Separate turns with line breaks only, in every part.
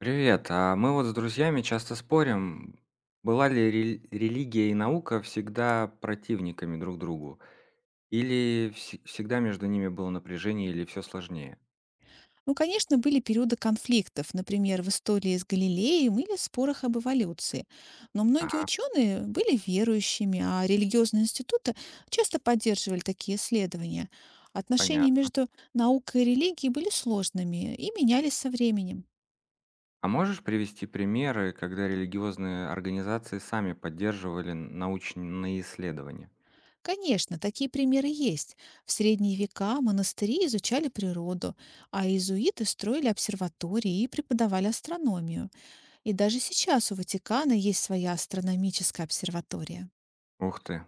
Привет. А мы вот с друзьями часто спорим, была ли религия и наука всегда противниками друг другу, или всегда между ними было напряжение, или все сложнее?
Ну, конечно, были периоды конфликтов, например, в истории с Галилеем или спорах об эволюции. Но многие
Ага,
ученые были верующими, а религиозные институты часто поддерживали такие исследования. Отношения
понятно.
между наукой и религией были сложными и менялись со временем.
А можешь привести примеры, когда религиозные организации сами поддерживали научные исследования?
Конечно, такие примеры есть. В средние века монастыри изучали природу, а иезуиты строили обсерватории и преподавали астрономию. И даже сейчас у Ватикана есть своя астрономическая обсерватория.
Ух ты.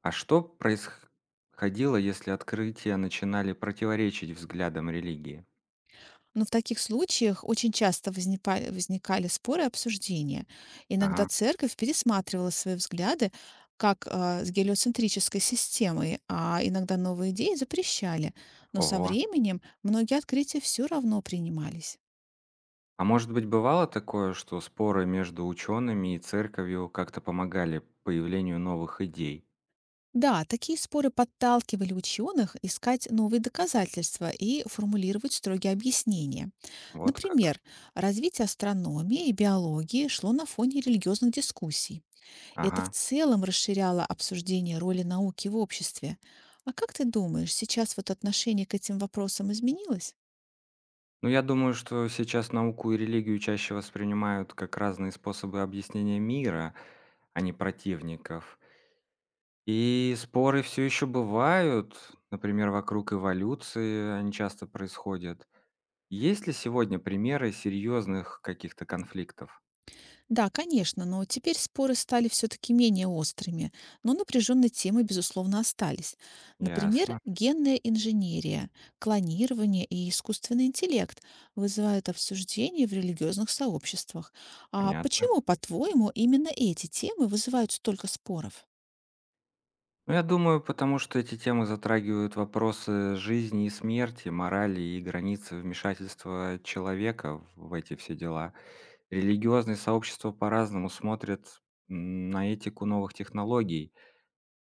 А что происходило, если открытия начинали противоречить взглядам религии?
Но в таких случаях очень часто возникали споры и обсуждения. Иногда
Ага.
церковь пересматривала свои взгляды с гелиоцентрической системой, а иногда новые идеи запрещали. Но со
Ого.
временем многие открытия все равно принимались.
А может быть, бывало такое, что споры между учеными и церковью как-то помогали появлению новых идей?
Да, такие споры подталкивали ученых искать новые доказательства и формулировать строгие объяснения.
Вот как.
Например, развитие астрономии и биологии шло на фоне религиозных дискуссий. Это в
Ага.
целом расширяло обсуждение роли науки в обществе. А как ты думаешь, сейчас вот отношение к этим вопросам изменилось?
Ну, я думаю, что сейчас науку и религию чаще воспринимают как разные способы объяснения мира, а не противников. И споры все еще бывают, например, вокруг эволюции они часто происходят. Есть ли сегодня примеры серьезных каких-то конфликтов?
Да, конечно, но теперь споры стали все-таки менее острыми, но напряженные темы, безусловно, остались. Например,
Ясно,
генная инженерия, клонирование и искусственный интеллект вызывают обсуждения в религиозных сообществах. А
понятно.
почему, по-твоему, именно эти темы вызывают столько споров?
Ну, я думаю, потому что эти темы затрагивают вопросы жизни и смерти, морали и границы вмешательства человека в эти все дела. Религиозные сообщества по-разному смотрят на этику новых технологий.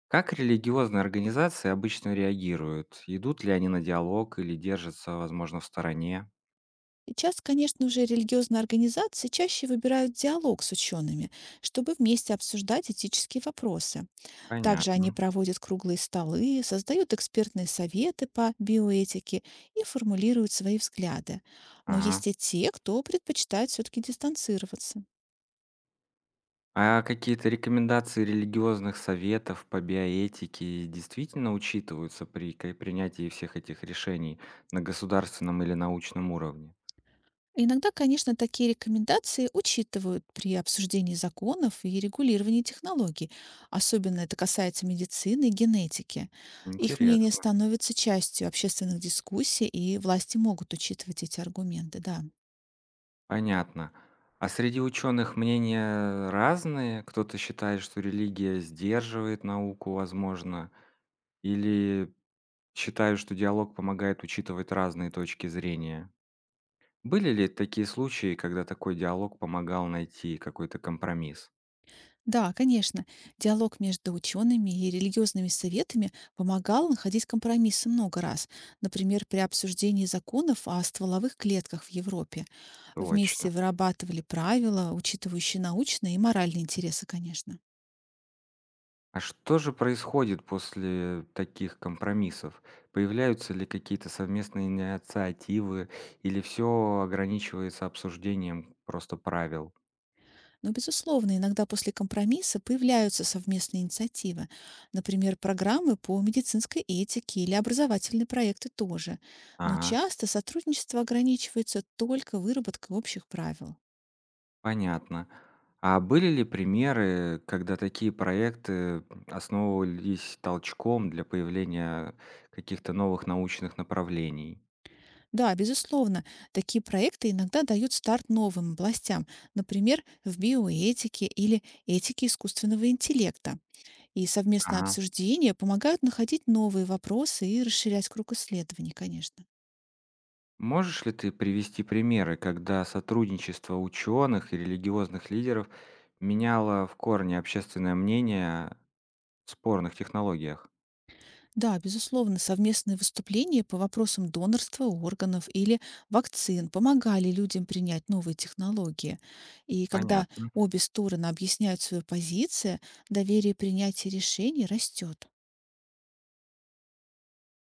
Как религиозные организации обычно реагируют? Идут ли они на диалог или держатся, возможно, в стороне?
Сейчас, конечно же, религиозные организации чаще выбирают диалог с учеными, чтобы вместе обсуждать этические вопросы. Также они
Понятно.
проводят круглые столы, создают экспертные советы по биоэтике и формулируют свои взгляды. Но
Ага.
есть и те, кто предпочитает все-таки дистанцироваться.
А какие-то рекомендации религиозных советов по биоэтике действительно учитываются при ка принятии всех этих решений на государственном или научном уровне?
Иногда, конечно, такие рекомендации учитывают при обсуждении законов и регулировании технологий. Особенно это касается медицины и генетики. Их мнение
Интересно.
становится частью общественных дискуссий, и власти могут учитывать эти аргументы, да.
Понятно. А среди ученых мнения разные? Кто-то считает, что религия сдерживает науку, возможно, или считают, что диалог помогает учитывать разные точки зрения. Были ли такие случаи, когда такой диалог помогал найти какой-то компромисс?
Да, конечно. Диалог между учеными и религиозными советами помогал находить компромиссы много раз. Например, при обсуждении законов о стволовых клетках в Европе.
Точно.
Вместе вырабатывали правила, учитывающие научные и моральные интересы, конечно.
А что же происходит после таких компромиссов? Появляются ли какие-то совместные инициативы или все ограничивается обсуждением просто правил?
Но, безусловно, иногда после компромисса появляются совместные инициативы. Например, программы по медицинской этике или образовательные проекты тоже. Но
Ага,
часто сотрудничество ограничивается только выработкой общих правил.
понятно. А были ли примеры, когда такие проекты основывались толчком для появления каких-то новых научных направлений?
Да, безусловно, такие проекты иногда дают старт новым областям, например, в биоэтике или этике искусственного интеллекта. И совместное
Ага.
обсуждение помогают находить новые вопросы и расширять круг исследований, конечно.
Можешь ли ты привести примеры, когда сотрудничество ученых и религиозных лидеров меняло в корне общественное мнение о спорных технологиях?
Да, безусловно, совместные выступления по вопросам донорства органов или вакцин помогали людям принять новые технологии. И когда
Понятно.
обе стороны объясняют свою позицию, доверие принятия решений растет.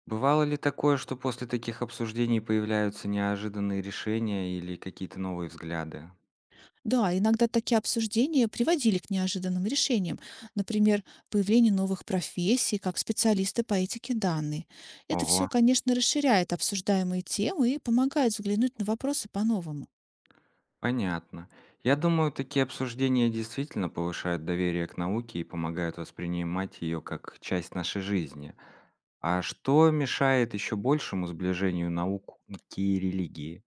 Бывало ли такое, что после таких обсуждений появляются неожиданные решения или какие-то новые взгляды?
Да, иногда такие обсуждения приводили к неожиданным решениям, например, появлению новых профессий, как специалисты по этике данной. Это
Ого,
все, конечно, расширяет обсуждаемые темы и помогает взглянуть на вопросы по-новому.
понятно. Я думаю, такие обсуждения действительно повышают доверие к науке и помогают воспринимать ее как часть нашей жизни. А что мешает еще большему сближению наук и религии?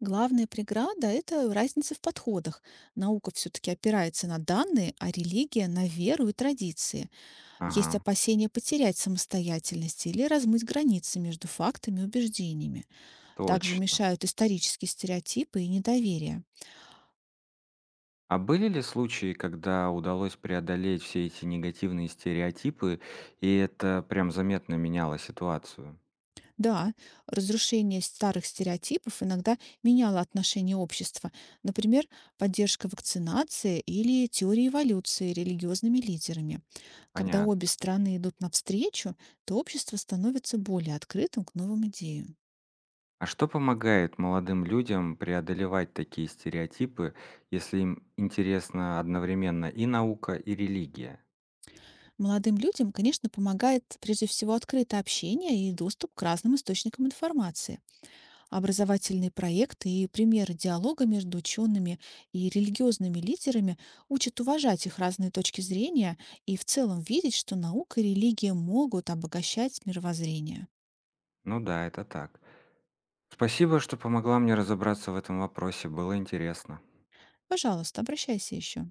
Главная преграда — это разница в подходах. Наука все-таки опирается на данные, а религия — на веру и традиции. Есть
Ага,
опасения потерять самостоятельность или размыть границы между фактами и убеждениями. Также
точно.
мешают исторические стереотипы и недоверие.
А были ли случаи, когда удалось преодолеть все эти негативные стереотипы, и это прям заметно меняло ситуацию?
Да, разрушение старых стереотипов иногда меняло отношение общества, например, поддержка вакцинации или теории эволюции религиозными лидерами. Когда
Понятно.
обе стороны идут навстречу, то общество становится более открытым к новым идеям.
А что помогает молодым людям преодолевать такие стереотипы, если им интересна одновременно и наука, и религия?
Молодым людям, конечно, помогает прежде всего открытое общение и доступ к разным источникам информации. Образовательные проекты и примеры диалога между учеными и религиозными лидерами учат уважать их разные точки зрения и в целом видеть, что наука и религия могут обогащать мировоззрение.
Ну да, это так. Спасибо, что помогла мне разобраться в этом вопросе, было интересно.
Пожалуйста, обращайся еще.